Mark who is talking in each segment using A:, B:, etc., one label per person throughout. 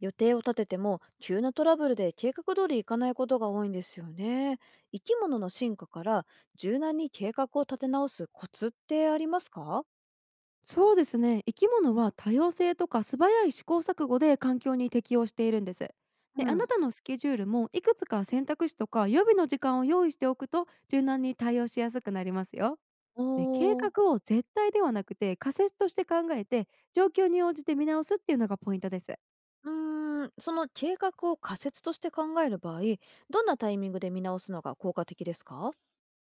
A: 予定を立てても急なトラブルで計画通りいかないことが多いんですよね。生き物の進化から柔軟に計画を立て直すコツってありますか？
B: そうですね。生き物は多様性とか素早い試行錯誤で環境に適応しているんです。で
A: う
B: あな
A: ん。
B: たのスケジュールもいくつか選択肢とか予備の時間を用意しておくと柔軟に対応しやすくなりますよ。
A: お
B: で計
A: ー、
B: 画を絶対ではなくて仮説として考えて、状況に応じて見直すっていうのがポイントです。
A: うーん、その計画を仮説として考える場合、どんなタイミングで見直すのが効果的ですか？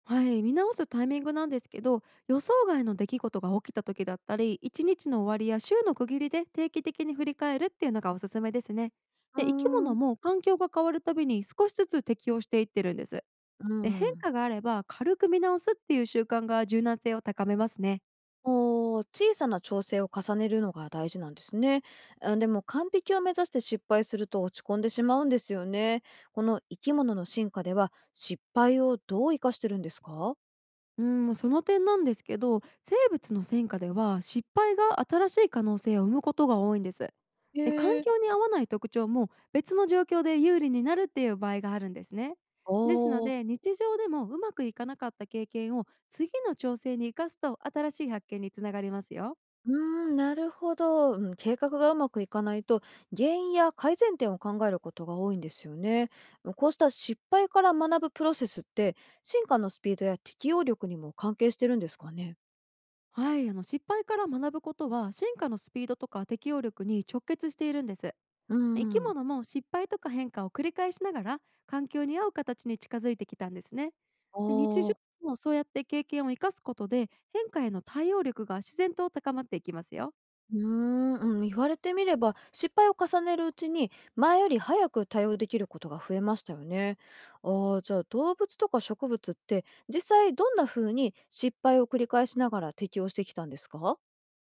B: はい、見直すタイミングなんですけど、予想外の出来事が起きた時だったり、一日の終わりや週の区切りで定期的に振り返るっていうのがおすすめですね。
A: う
B: で生き
A: ーん。
B: 物も環境が変わるたびに少しずつ適応していってるんです。
A: う
B: で変
A: ん。
B: 化があれば軽く見直すっていう習慣が柔軟性を高めますね。
A: おー、小さな調整を重ねるのが大事なんですね。あ、でも完璧を目指して失敗すると落ち込んでしまうんですよね。この生き物の進化では失敗をどう生かしてるんですか？
B: その点なんですけど、生物の戦果では失敗が新しい可能性を生むことが多いんです。
A: へ
B: で、環
A: え。
B: 境に合わない特徴も別の状況で有利になるっていう場合があるんですね。
A: お
B: ですの
A: ー。
B: で、日常でもうまくいかなかった経験を次の調整に生かすと新しい発見につながりますよ。
A: うーん、なるほど、うん。計画がうまくいかないと原因や改善点を考えることが多いんですよね。こうした失敗から学ぶプロセスって進化のスピードや適応力にも関係してるんですかね。
B: はい、失敗から学ぶことは進化のスピードとか適応力に直結しているんです。
A: う
B: 生き
A: ん。
B: 物も失敗とか変化を繰り返しながら環境に合う形に近づいてきたんですね。
A: あ
B: で、日常
A: ー。
B: もそうやって経験を生かすことで、変化への対応力が自然と高まっていきますよ。
A: うーん、うん、言われてみれば、失敗を重ねるうちに、前より早く対応できることが増えましたよね。ああ、じゃあ動物とか植物って、実際どんな風に失敗を繰り返しながら適応してきたんですか？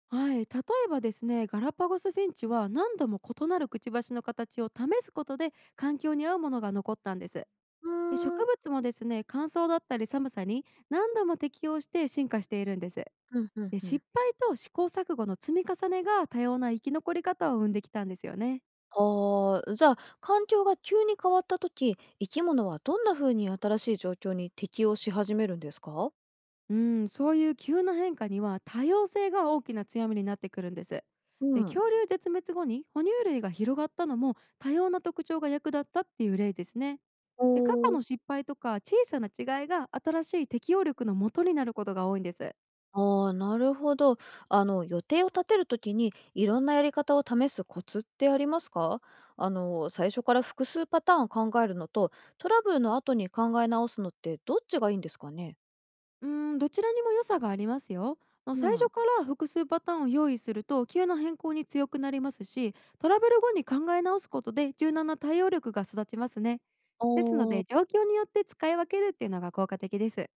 B: はい、例えばですね、ガラパゴスフィンチは何度も異なるくちばしの形を試すことで環境に合うものが残ったんです。
A: う
B: で
A: ーん、
B: 植物もですね、乾燥だったり寒さに何度も適応して進化しているんです。
A: うんうん
B: で
A: うん。
B: 失敗と試行錯誤の積み重ねが多様な生き残り方を生んできたんですよね。
A: ああ、じゃあ環境が急に変わった時、生き物はどんな風に新しい状況に適応し始めるんですか？
B: うん、そういう急な変化には多様性が大きな強みになってくるんです。
A: う
B: で
A: ん。
B: 恐竜絶滅後に哺乳類が広がったのも多様な特徴が役立ったっていう例ですね。
A: お
B: で過去
A: ー。
B: の失敗とか小さな違いが新しい適応力の元になることが多いんです。
A: ああ、なるほど。あの、予定を立てるときに、いろんなやり方を試すコツってありますか？あの、最初から複数パターンを考えるのと、トラブルの後に考え直すのって、どっちがいいんですかね？
B: どちらにも良さがありますよ。
A: う
B: 最初
A: ん。
B: から複数パターンを用意すると急な変更に強くなりますし、トラブル後に考え直すことで柔軟な対応力が育ちますね。ですの
A: おあ。
B: で、状況によって使い分けるっていうのが効果的です。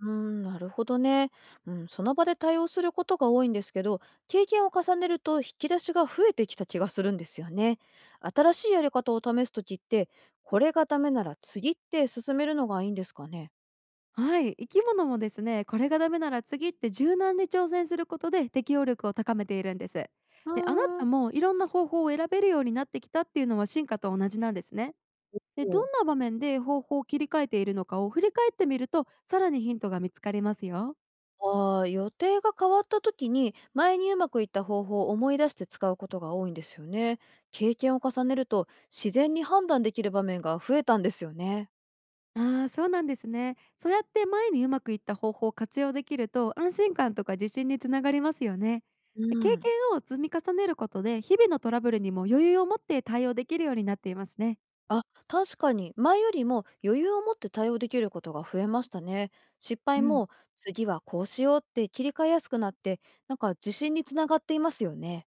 A: うん、なるほどね。うん、その場で対応することが多いんですけど、経験を重ねると引き出しが増えてきた気がするんですよね。新しいやり方を試すときって、これがダメなら次って進めるのがいいんですかね？
B: はい、生き物もですね、これがダメなら次って柔軟に挑戦することで適応力を高めているんです。で、
A: う
B: あな
A: ー
B: た
A: ん。
B: もいろんな方法を選べるようになってきたっていうのは進化と同じなんですね。で、
A: お。
B: どんな場面で方法を切り替えているのかを振り返ってみると、さらにヒントが見つかりますよ。
A: ああ、予定が変わった時に、前にうまくいった方法を思い出して使うことが多いんですよね。経験を重ねると、自然に判断できる場面が増えたんですよね。
B: ああ、そうなんですね。そうやって前にうまくいった方法を活用できると、安心感とか自信につながりますよね。
A: う
B: で経
A: ん。
B: 験を積み重ねることで、日々のトラブルにも余裕を持って対応できるようになっていますね。
A: あ、確かに、前よりも余裕を持って対応できることが増えましたね。失
B: う
A: 敗
B: ん。
A: も、次はこうしようって切り替えやすくなって、なんか自信につながっていますよね。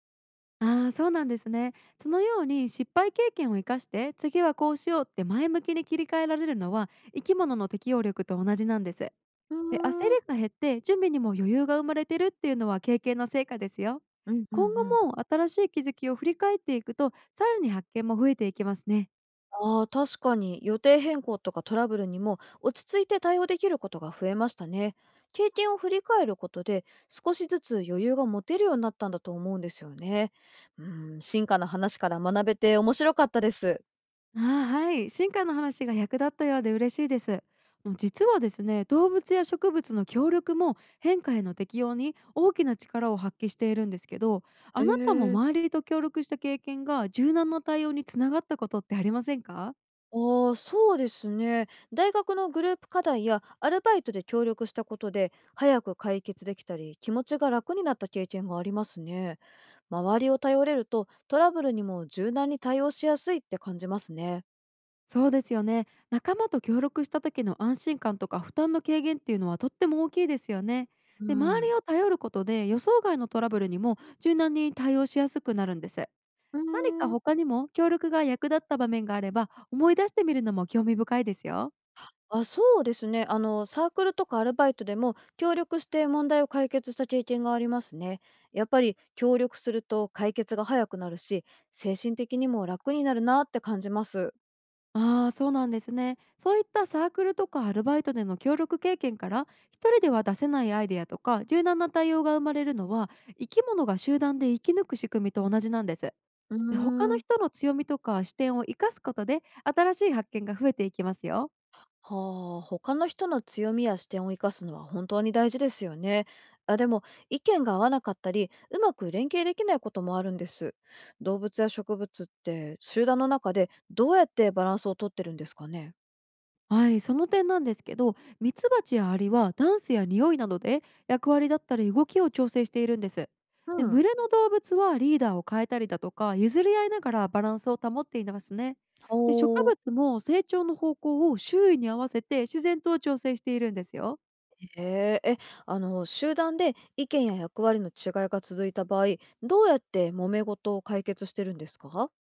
B: ああ、そうなんですね。そのように失敗経験を生かして、次はこうしようって前向きに切り替えられるのは、生き物の適応力と同じなんです。で、
A: う
B: 焦り
A: ーん。
B: が減って準備にも余裕が生まれてるっていうのは経験の成果ですよ。
A: うんうんう
B: 今後
A: ん。
B: も新しい気づきを振り返っていくと、さらに発見も増えていきますね。
A: ああ、確かに予定変更とかトラブルにも落ち着いて対応できることが増えましたね。経験を振り返ることで少しずつ余裕が持てるようになったんだと思うんですよね。うん、進化の話から学べて面白かったです。
B: ああ、はい。進化の話が役立ったようで嬉しいです。実はですね、動物や植物の協力も変化への適応に大きな力を発揮しているんですけど、
A: へ
B: あなたも
A: え。
B: 周りと協力した経験が柔軟な対応につながったことってありませんか？
A: ああ、そうですね。大学のグループ課題やアルバイトで協力したことで早く解決できたり気持ちが楽になった経験がありますね。周りを頼れるとトラブルにも柔軟に対応しやすいって感じますね。
B: そうですよね。仲間と協力した時の安心感とか負担の軽減っていうのはとっても大きいですよね。
A: う
B: で、周
A: ん。
B: りを頼ることで予想外のトラブルにも柔軟に対応しやすくなるんです。
A: う
B: 何か
A: ーん。
B: 他にも協力が役立った場面があれば思い出してみるのも興味深いですよ。
A: あ、そうですね。あの、サークルとかアルバイトでも協力して問題を解決した経験がありますね。やっぱり協力すると解決が早くなるし、精神的にも楽になるなって感じます。
B: ああ、そうなんですね。そういったサークルとかアルバイトでの協力経験から一人では出せないアイデアとか柔軟な対応が生まれるのは、生き物が集団で生き抜く仕組みと同じなんです。
A: う
B: で、他
A: ー
B: の
A: ん。
B: 人の強みとか視点を生かすことで、新しい発見が増えていきますよ。
A: はあ、他の人の強みや視点を生かすのは本当に大事ですよね。あ、でも意見が合わなかったりうまく連携できないこともあるんです。動物や植物って集団の中でどうやってバランスをとってるんですかね。
B: はい、その点なんですけど、ミツバチやアリはダンスや匂いなどで役割だったり動きを調整しているんです。で、
A: うん。
B: 群れの動物はリーダーを変えたりだとか、譲り合いながらバランスを保っていますね。
A: お
B: で、植
A: ー。
B: 物も成長の方向を周囲に合わせて自然と調整しているんですよ。
A: へえ、え、あの、集団で意見や役割の違いが続いた場合、どうやって揉め事を解決してるんですか？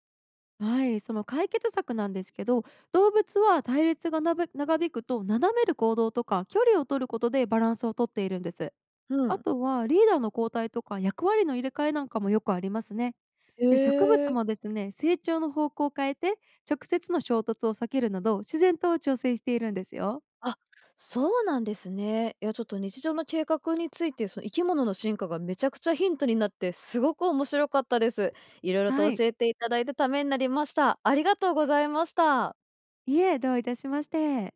B: はい、その解決策なんですけど、動物は対立がなべ長引くと斜める行動とか距離を取ることでバランスをとっているんです。
A: う
B: あ
A: ん。
B: とはリーダーの交代とか役割の入れ替えなんかもよくありますね。
A: へ
B: で植物
A: え。
B: もですね、成長の方向を変えて直接の衝突を避けるなど自然と調整しているんですよ。
A: あ、そうなんですね。いや、ちょっと日常の計画について、その生き物の進化がめちゃくちゃヒントになって、すごく面白かったです。いろいろ
B: は
A: と
B: い、
A: 教えていただいてためになりました。ありがとうございました。
B: いえ、どういたしまして。